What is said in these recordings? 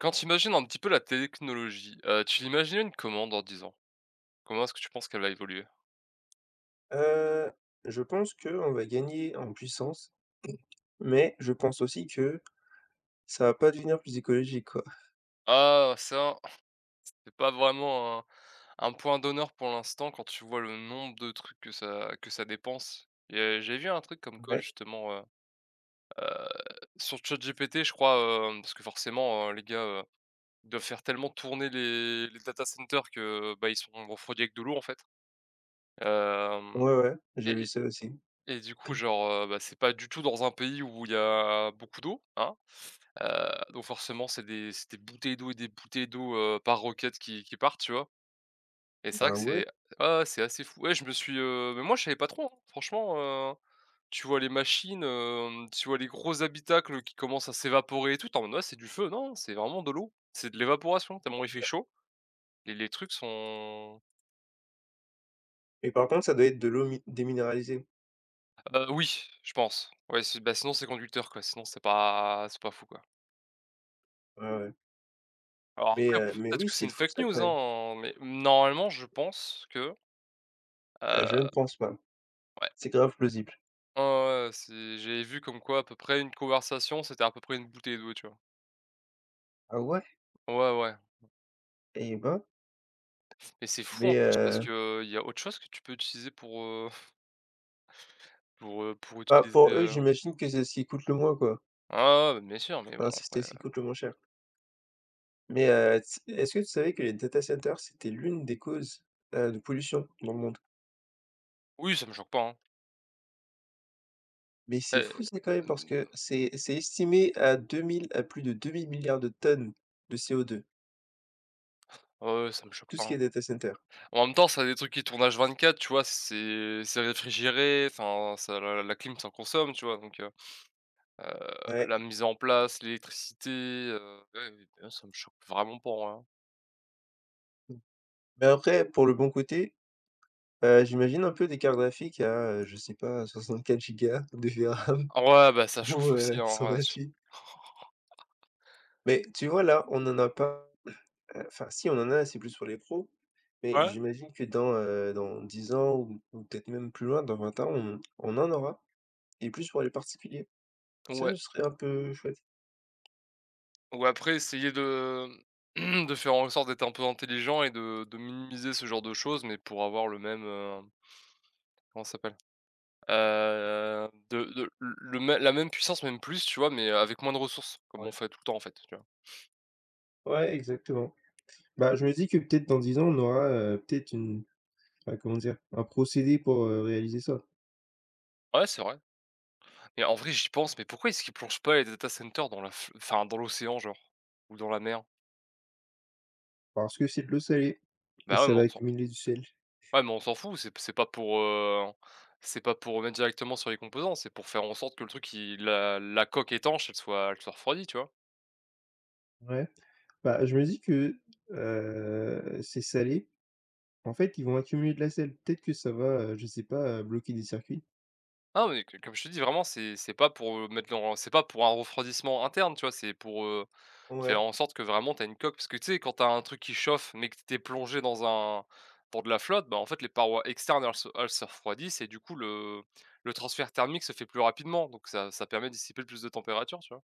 Quand tu imagines un petit peu la technologie, tu l'imagines comment dans 10 ans? Comment est-ce que tu penses qu'elle va évoluer? Heu, je pense que on va gagner en puissance, mais je pense aussi que ça va pas devenir plus écologique, quoi. Ah ça, c'est pas vraiment un point d'honneur pour l'instant quand tu vois le nombre de trucs que ça dépense et j'ai vu un truc comme quoi Ouais, justement, sur ChatGPT je crois, parce que forcément, les gars, ils doivent faire tellement tourner les data centers que, bah, ils sont refroidis avec de l'eau, en fait. Hem ouais, ouais, j'ai et vu et ça aussi. et du coup, genre, bah, c'est pas du tout dans un pays où il y a beaucoup d'eau, hein. Heu, donc forcément, c'est des bouteilles d'eau et des bouteilles d'eau, par roquette qui partent, tu vois? Et c'est vrai Ah que ouais? c'est ah, c'est assez fou. Ouais, mais moi, je savais pas trop, hein. Franchement, heu, tu vois les machines, tu vois les gros habitacles qui commencent à s'évaporer et tout, tu en mode: «Ouais, c'est du feu». Non, c'est vraiment de l'eau. C'est de l'évaporation tellement il fait chaud. Les trucs sont Mais par contre, ça doit être de l'eau mi déminéralisée. Oui, je pense. Ouais, si bah, sinon c'est conducteur, quoi, sinon c'est pas fou, quoi. Ouais, ouais. Alors Mais, après, heu, peut mais être oui, que c'est c'est une fou fake ça news, quand même. hein, mais normalement je pense que, Je ne pense pas. ouais. C'est grave plausible. Ouais, ouais, c'est j'avais vu comme quoi à peu près une conversation, c'était à peu près une bouteille d'eau, tu vois? Ah ouais? Ouais, ouais. Eh ben, Et c'est fou mais, en plus parce que il y a autre chose que tu peux utiliser pour, pour bah, utiliser, pour eux, j'imagine que c'est ce qui coûte le moins, quoi. ah, ouais, ouais, bien sûr, mais bon Enfin, c'est après, c'est ce qui coûte le moins cher. Mais, tu est-ce que tu savais que les data centers, c'était l'une des causes, de pollution dans le monde? oui, ça me choque pas, hein. Mais c'est fou Eh, ça quand même parce que c'est estimé à 2 000 à plus de 2 000 milliards de tonnes de co deux, ouais, ouais, ça me choque tout pas, ce hein. qui est data center. En même temps, ça a des trucs qui tournent H24, tu vois? C'est réfrigéré, enfin, ça la clim, s'en consomme, tu vois? Donc heu, Ouais, la mise en place, l'électricité, ouais, oui, bah, ça me choque vraiment pas, hein. En vrai, hein. mais après pour le bon côté, j'imagine un peu des cartes graphiques à, je sais pas 64 gigas de VRAM Ah ouais, bah, ça chauffe ou aussi, hein, cent vingt ouais, tu 128. Mais tu vois là, on en a pas. Enfin si, on en a, c'est plus pour les pros, mais ouais? j'imagine que dans 10 ans ou peut-être même plus loin, dans 20 ans, on en aura et plus pour les particuliers. Ça, Ouais, ce serait un peu chouette. ou après essayer de de faire en sorte d'être un peu intelligent et de minimiser ce genre de choses, mais pour avoir le même, comment ça s'appelle? De le mê La même puissance, même plus, tu vois? Mais avec moins de ressources, comme Ouais. on fait tout le temps, en fait, Ouais, exactement. Bah, je me dis que peut-être dans 10 ans, on aura, peut-être une enfin, comment dire? Un procédé pour, réaliser ça. ouais, c'est vrai. Mais en vrai, j'y pense, mais pourquoi est-ce qu'ils plongent pas les data centers dans la f enfin, dans l'océan, genre? Ou dans la mer? Parce que c'est de l'eau salée et Bah, ouais, ça mais va on s'en accumuler du sel. ouais, mais on s'en fout, c'est pas pour, c'est pas pour mettre directement sur les composants, c'est pour faire en sorte que le truc, il la coque étanche, elle soit refroidie, tu vois? Ouais. Bah, je me dis que, ces salés, en fait, ils vont accumuler de la sel. Peut-être que ça va, je sais pas, bloquer des circuits. Ah mais c Comme je te dis vraiment c'est pas pour, mettre dans c'est pas pour un refroidissement interne, tu vois? C'est pour, faire Ouais. en sorte que vraiment t'as une coque parce que tu sais quand t'as un truc qui chauffe mais que t'es plongé dans de la flotte, bah, en fait les parois externes elles se refroidissent et du coup le transfert thermique se fait plus rapidement donc ça permet de dissiper plus de température, tu vois?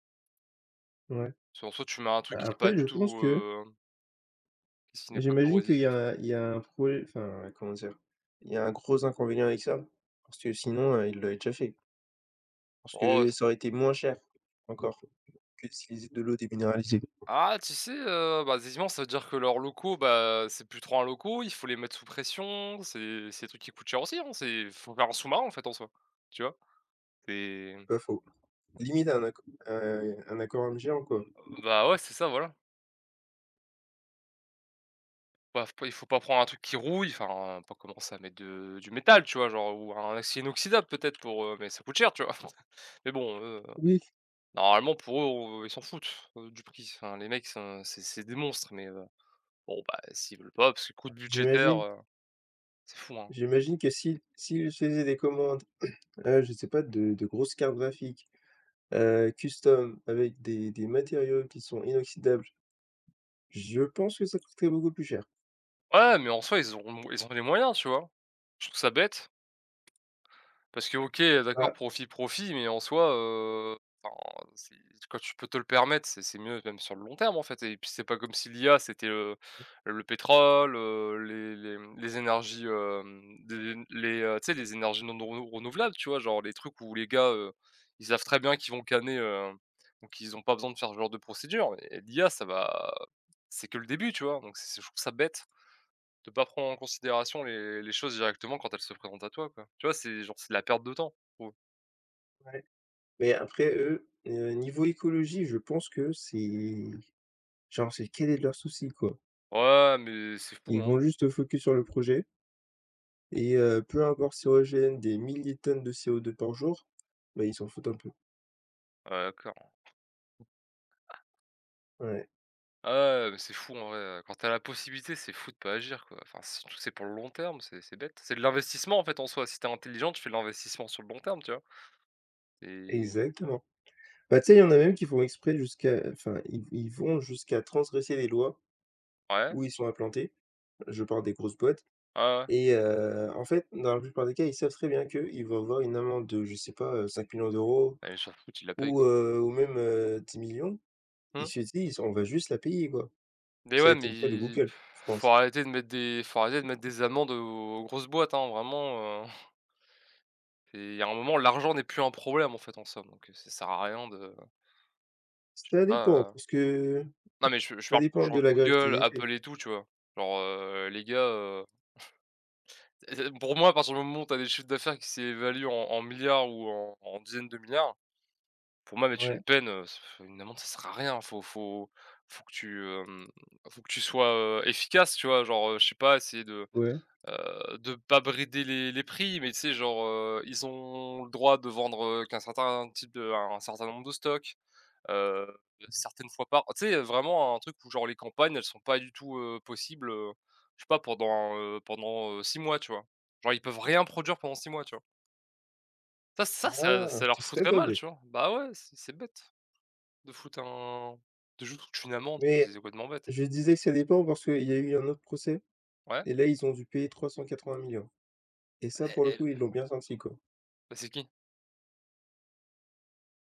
Ouais. Parce qu'en soi tu mets un truc Bah, qui est pas après, du je pense tout, que qui n'est pas j'imagine qu'il corrosif. y a il y a un projet enfin, comment dire? Il y a un gros inconvénient avec ça, parce que sinon, ils l'auraient déjà fait. Parce Oh que ça aurait été moins cher, encore, que d'utiliser de l'eau déminéralisée. Ah, tu sais, bah, décidément, ça veut dire que leurs locaux, bah, c'est plus trop un locaux, il faut les mettre sous pression, c'est des trucs qui coûtent cher aussi, hein, c'est faut faire un sous-marin, en fait, en soi, tu vois? C'est Pas faux. Limite un aquarium géant, quoi. Bah, ouais, c'est ça, voilà. Bah, faut pas Il faut pas prendre un truc qui rouille, enfin, pas commencer à mettre de du métal, tu vois? Genre ou un acier inoxydable peut-être pour, mais ça coûte cher, tu vois? Mais bon, eux, Oui. normalement, pour eux, ils s'en foutent, du prix. Enfin, les mecs, c'est des monstres, mais bon, bah, s'ils veulent pas, parce que coût budgétaire, J'imagine c'est fou, hein. j'imagine que si s'ils faisaient des commandes, je sais pas, de grosses cartes graphiques, custom, avec des matériaux qui sont inoxydables, je pense que ça coûterait beaucoup plus cher. Ouais, mais en soi, ils ont les moyens, tu vois? Je trouve ça bête, parce que OK, d'accord, Ah profit, profit, mais en soi, enfin, c'est quand tu peux te le permettre, c'est mieux même sur le long terme, en fait et puis c'est pas comme si l'IA, c'était, le pétrole, les énergies, tu sais, les énergies non renou renouvelables, tu vois? Genre les trucs où les gars, ils savent très bien qu'ils vont canner, donc ils ont pas besoin de faire ce genre de procédure et l'IA, ça va c'est que le début, tu vois? Donc c'est je trouve ça bête. De pas prendre en considération les choses directement quand elles se présentent à toi, quoi. Tu vois, c'est genre, c'est de la perte de temps, je trouve. ouais. Mais après eux, niveau écologie, je pense que c'est genre, c'est quel est leur souci, quoi? «Ouais, mais c'est fou, Ils hein». vont juste focus sur le projet et peu importe si on rejette des milliers de tonnes de CO₂ par jour, bah, ils s'en foutent un peu. Ah d'accord. Ouais, Ah ouais, mais c'est fou en vrai, quand t'as la possibilité, c'est fou de pas agir, quoi. Enfin, surtout que c'est pour le long terme, c'est bête. C'est de l'investissement, en fait, en soi. Si t'es intelligent, tu fais de l'investissement sur le long terme, tu vois? Et exactement. Bah, tu sais, il y en a même qui font exprès jusqu'à enfin, ils vont jusqu'à transgresser les lois ouais, où ils sont implantés. Je parle des grosses boîtes ouais, ouais. et en fait, dans la plupart des cas, ils savent très bien qu'ils vont avoir une amende de, je sais pas, 5 millions d'euros Ah, ils s'en foutent, la paye ou quoi. heu, ou même, 10 millions. Ils Mmh. se disent: «On va juste la payer, quoi». Mais Ça a ouais, été mais le cas de il Google, je faut pense. arrêter de mettre des faut arrêter de mettre des amendes aux grosses boîtes, hein, vraiment, et il y a un moment, l'argent n'est plus un problème, en fait, en somme, donc ça sert à rien de Ça ah, dépend, heu, parce que non, mais je ça parle pour dépend de genre la gravité Google, des faits. Apple et tout, tu vois? Genre, les gars, pour moi, à partir du moment où tu as des chiffres d'affaires qui s'évaluent en milliards ou en dizaines de milliards, pour moi, mettre une Ouais, peine, une amende, ça sert à rien. Faut que tu, faut que tu sois, efficace, tu vois? Genre, je sais pas, essayer ouais. De pas brider les prix, mais tu sais, genre, ils ont le droit de vendre, qu'un certain type de un certain nombre de stocks. Heu, Certaines fois par vraiment un truc où genre les campagnes, elles sont pas du tout, possibles, je sais pas pendant, 6 mois, tu vois? Genre ils peuvent rien produire pendant 6 mois, tu vois? Ça ça ça Ah, ça leur ce serait foutrait pas mal, bête. tu vois? Bah ouais, c'est bête de foutre un de juste foutre une amende, c'est Mais c'est complètement bête. je disais que ça dépend parce qu'il y a eu un autre procès Ouais? et là, ils ont dû payer 304 000 millions. Et ça, Eh pour le eh, coup, ils l'ont bien senti, quoi. bah c'est qui?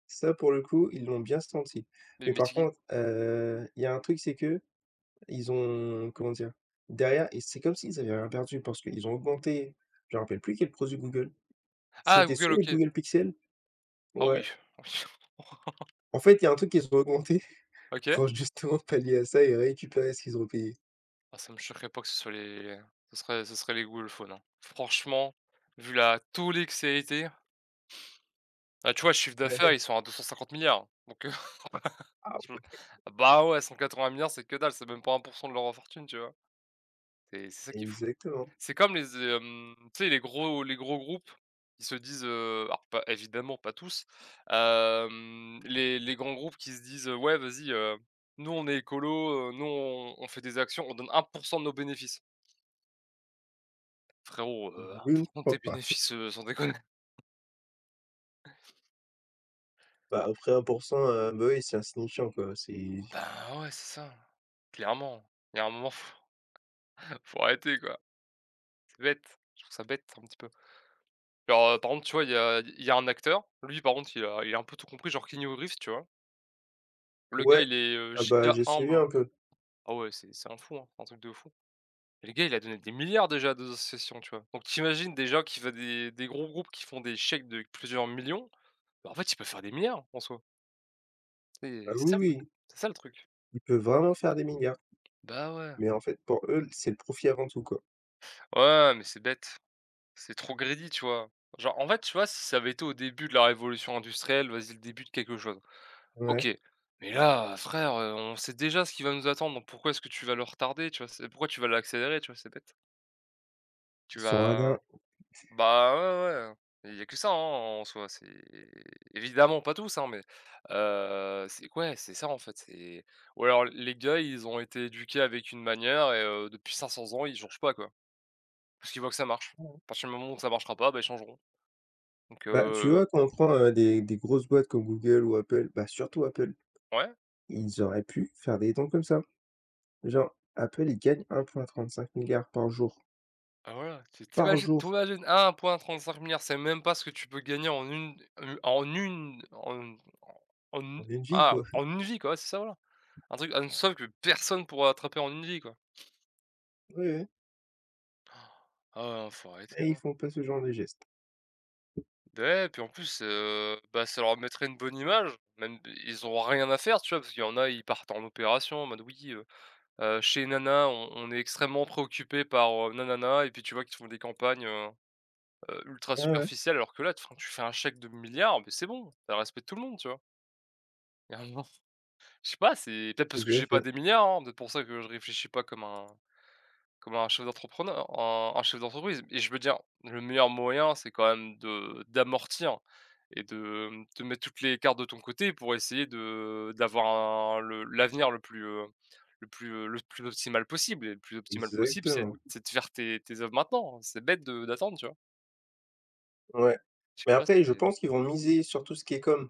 Ça, pour le coup, ils l'ont bien senti. Mais Mais mais par c'est qui? contre, il y a un truc, c'est que ils ont comment dire? Derrière et c'est comme s'ils avaient rien perdu parce qu'ils ont augmenté, je me rappelle plus quel produit Google. Ah C'était Google, soit les OK. Google Pixel, Ah ouais. oui, En fait, il y a un truc qu'ils ont augmenté OK. pour justement pallier à ça et récupérer ce qu'ils ont payé. Ah ça me choquerait pas que ce soit les ce serait les Google Phones, hein. Franchement, vu la tollée que ça a été ah, tu vois, le chiffre d'affaires, Ouais. ils sont à 250 milliards, donc Ah je ouais. bah, ouais, 180 milliards, c'est que dalle, c'est même pas 1 de leur fortune, tu vois? C'est ça qui est fou. Exactement. C'est comme les, tu sais, les gros groupes, ils se disent, alors pas évidemment pas tous, les grands groupes qui se disent: «Ouais, vas-y, nous on est écolo, nous on fait des actions, on donne 1 de nos bénéfices». Frérot, Je ne 1 de tes crois pas. bénéfices, sans déconner. Bah, après 1, bah, oui, c'est insignifiant, quoi, c'est Ben, ouais, c'est ça, clairement. Il y a un moment, faut arrêter, quoi. Bête, je trouve ça bête un petit peu. Genre, par exemple, tu vois, il y a un acteur, lui par contre, il a un peu tout compris, genre Kenny Reeves, tu vois? Le gars, ouais, il est, ah bah, giga j'ai suivi humble. un peu. Ah ouais, c'est un fou, hein, c'est un truc de fou. Et le gars, il a donné des milliards déjà à des associations, tu vois? Donc t'imagines imagines déjà qu'il va des gros groupes qui font des chèques de plusieurs millions, bah, en fait, ils peuvent faire des milliards en soi. Ah C'est oui, ça le truc, oui, c'est ça le truc. ils peuvent vraiment faire des milliards. Bah ouais. Mais en fait, pour eux, c'est le profit avant tout, quoi. Ouais, mais c'est bête, c'est trop greedy, tu vois? Genre, en fait, tu vois, si ça avait été au début de la révolution industrielle, vas-y, le début de quelque chose. OK. Ouais, Mais là, frère, on sait déjà ce qui va nous attendre, donc pourquoi est-ce que tu vas le retarder, tu vois? C'est pourquoi tu vas l'accélérer, tu vois? C'est bête. Tu sur un vas der. Bah, ouais, ouais, ouais. Il y a que ça, hein, en soi, c'est évidemment pas tous, hein, mais c'est ouais, c'est ça, en fait, c'est ou alors les gars, ils ont été éduqués avec une manière, et depuis 500 ans, ils changent pas, quoi. Parce qu'ils voient que ça marche. Ouais. À partir du moment où ça marchera pas, bah, ils changeront. Donc Bah, tu vois, quand on prend, des grosses boîtes comme Google ou Apple, bah, surtout Apple, ouais. ils auraient pu faire des dons comme ça. Genre, Apple, ils gagnent 1,35 Ah voilà, tu par t'imagines, tu cinq jour, 1,35, c'est même pas ce que tu peux gagner en une en une vie, quoi. en une vie, quoi, c'est ça, voilà. Un somme que personne pourra attraper en une vie, quoi. Ouais, Ah, faut arrêter. ouais, et ils font pas ce genre de geste. Bah ouais, puis en plus, bah, ça leur mettrait une bonne image, même, ils ont rien à faire, tu vois? Parce qu'il y en a, ils partent en opération en mode: «Oui, chez nana, on est extrêmement préoccupé par, nanana», et puis tu vois qu'ils font des campagnes ultra Ah ouais, superficielle, alors que là, enfin, tu fais un chèque de milliards, mais c'est bon, ça respecte tout le monde, tu vois? Il y a un moment, je sais pas, c'est peut-être parce tout que à j'ai pas fait, des milliards, hein, peut-être pour ça que je réfléchis pas comme un chef d'entreprise, et je veux dire, le meilleur moyen, c'est quand même de d'amortir et de te mettre toutes les cartes de ton côté pour essayer de d'avoir un le l'avenir le plus, le plus, le plus optimal possible, et le plus optimal possible, c'est exactement. c'est de faire tes œuvres maintenant, hein. C'est bête de d'attendre, tu vois? Ouais, Je sais mais pas. après, je pense qu'ils vont miser sur tout ce qui est com,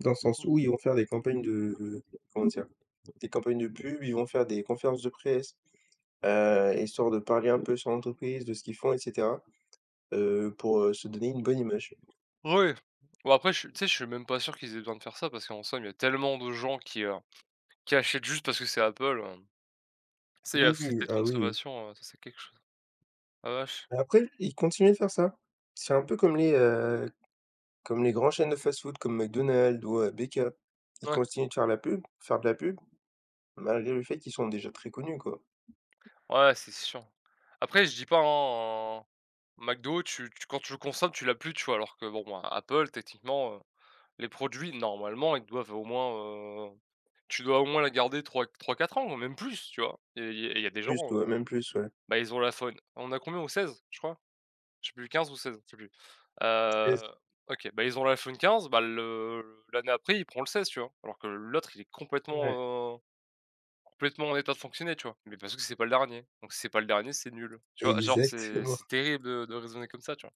dans le sens où ils vont faire des campagnes de comment dire? Des campagnes de pub, ils vont faire des conférences de presse, histoire de parler un peu sur l'entreprise, de ce qu'ils font et cetera, pour, se donner une bonne image. Ouais. Bon, après, je tu sais, je suis même pas sûr qu'ils aient besoin de faire ça, parce qu'en somme, il y a tellement de gens qui achètent juste parce que c'est Apple. Tu sais, il y a la Oui, oui, société de ah oui, oui. consommation, ça, c'est quelque chose. Ah vache. Mais après, ils continuent de faire ça. C'est un peu comme les grandes chaînes de fast-food comme McDonald's ou, BK. Ils Ouais, continuent de faire de la pub, malgré le fait qu'ils sont déjà très connus, quoi. ouais, c'est sûr. Après, je dis pas, hein, un McDo, tu quand tu le consommes, tu l'as plus, tu vois? Alors que bon, ben, Apple techniquement, les produits normalement, ils doivent au moins, tu dois au moins la garder 3-4 ans, ou même plus, tu vois? Et il y a des gens, Plus, ouais, même plus, ouais. bah, ils ont la faune. On a combien au 16, je crois? Je sais plus, 15 ou 16, je sais plus. C'est Heu, OK, bah, ils ont l'iPhone 15, bah, le l'année après, ils prend le 16, tu vois? Alors que l'autre, il est ouais. Complètement en état de fonctionner, tu vois? Mais parce que c'est pas le dernier. Donc si c'est pas le dernier, c'est nul. Tu vois? Genre, c'est Exactement. c'est terrible de raisonner comme ça, tu vois?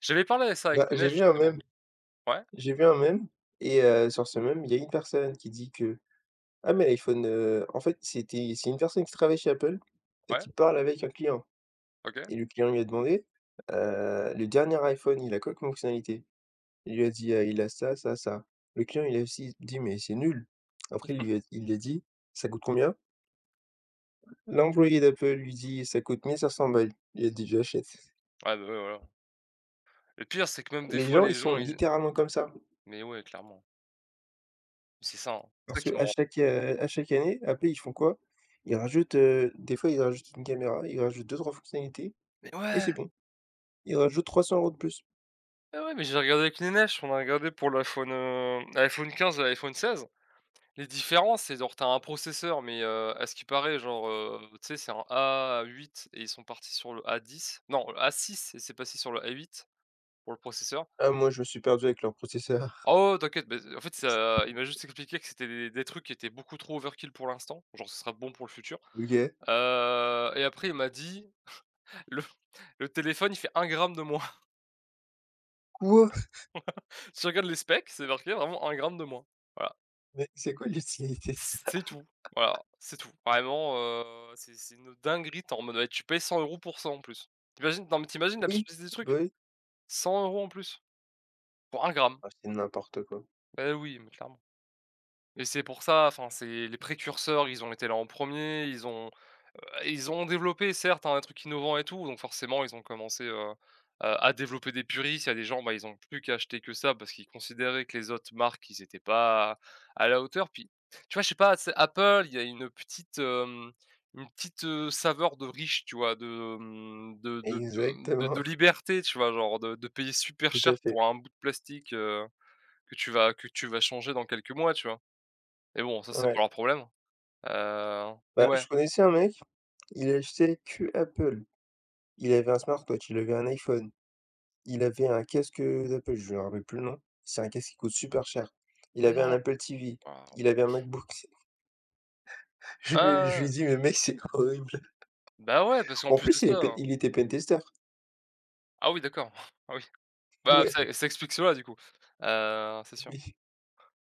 J'avais parlé de ça avec Bah, Younes, justement. Ouais, j'ai vu un mème et sur ce mème, il y a une personne qui dit que: «Ah mais l'iPhone, en fait, c'est une personne qui travaille chez Apple et ouais, qui parle avec un client OK. et le client lui a demandé: le dernier iPhone, il a quoi comme fonctionnalité?» Il lui a dit: il a ça, ça, ça». Le client, il a aussi dit: «Mais c'est nul». Après il lui a dit: «Ça coûte combien?» L'employé d'Apple lui dit: «Ça coûte 1 500 balles». Il a dit: «J'achète». Ouais, bah, ouais, voilà. Le pire, c'est que même des Les fois, gens, les ils sont gens, ils littéralement comme ça. mais ouais, clairement. C'est ça, hein. C'est ça Parce qui que me à rend. chaque, heu, à chaque année, Apple, ils font quoi? Ils rajoutent, des fois, ils rajoutent une caméra, ils rajoutent deux trois fonctionnalités Mais et ouais, c'est bon. Ils rajoutent 300 euros de plus. ouais, ouais, mais j'ai regardé avec Younes, on a regardé pour l'iPhone, l'iPhone 15 et l'iPhone 16. Les différences, c'est genre t'as un processeur, mais à ce qui paraît, genre, tu sais, c'est un A8 et ils sont partis sur le A10. Non, A6, et c'est passé sur le A8 pour le processeur. Ah moi, je me suis perdu avec leur processeur. Oh ouais, ouais, t'inquiète, mais en fait, ça il m'a juste expliqué que c'était des trucs qui étaient beaucoup trop overkill pour l'instant, genre ce sera bon pour le futur. OK. Et après il m'a dit: «Le le téléphone, il fait un gramme de moins». Quoi? Si tu regardes les specs, c'est marqué vraiment un gramme de moins. Voilà. Mais c'est quoi l'utilité de ça? C'est tout, voilà, c'est tout. Vraiment, c'est une dinguerie, tu en mode: «Ouais, tu payes 100 € pour ça, en plus». T'imagines Non, mais t'imagines imagines Oui, l'absurdité du truc? bah, oui. 100 € en plus, pour un gramme. Ah, c'est n'importe quoi. Beh, oui, mais clairement. Et c'est pour ça, enfin, c'est les précurseurs, ils ont été là en premier. Ils ont Bah, ils ont développé, certes, hein, un truc innovant et tout, donc forcément ils ont commencé, à développer des puristes. Il y a des gens, bah, ils ont plus qu'à acheter que ça parce qu'ils considéraient que les autres marques, ils n'étaient pas à la hauteur. Puis, tu vois, je sais pas, c'est Apple, il y a une petite saveur de riche, tu vois? De, mmh, de de de Exactement, de liberté, tu vois? Genre de payer super tout cher à fait. pour un bout de plastique, que tu vas changer dans quelques mois, tu vois? Mais bon, ça, c'est pas Ouais. leur problème. Mais Bah, ouais. je connaissais un mec, il achetait que Apple. Il avait un smartwatch, il avait un iPhone. Il avait un casque, d'Apple, je me rappelle plus le nom. C'est un casque qui coûte super cher. Il Ah avait un non! Apple TV, Waouh! il avait un MacBook. Je lui ai Ah! dit: «Mais mec, c'est horrible». Bah, ouais, parce qu'en En plus de plus, ça, hein. il était pentester. Ah oui, d'accord. Ah oui. Bah, Ouais, ça explique cela du coup, c'est sûr.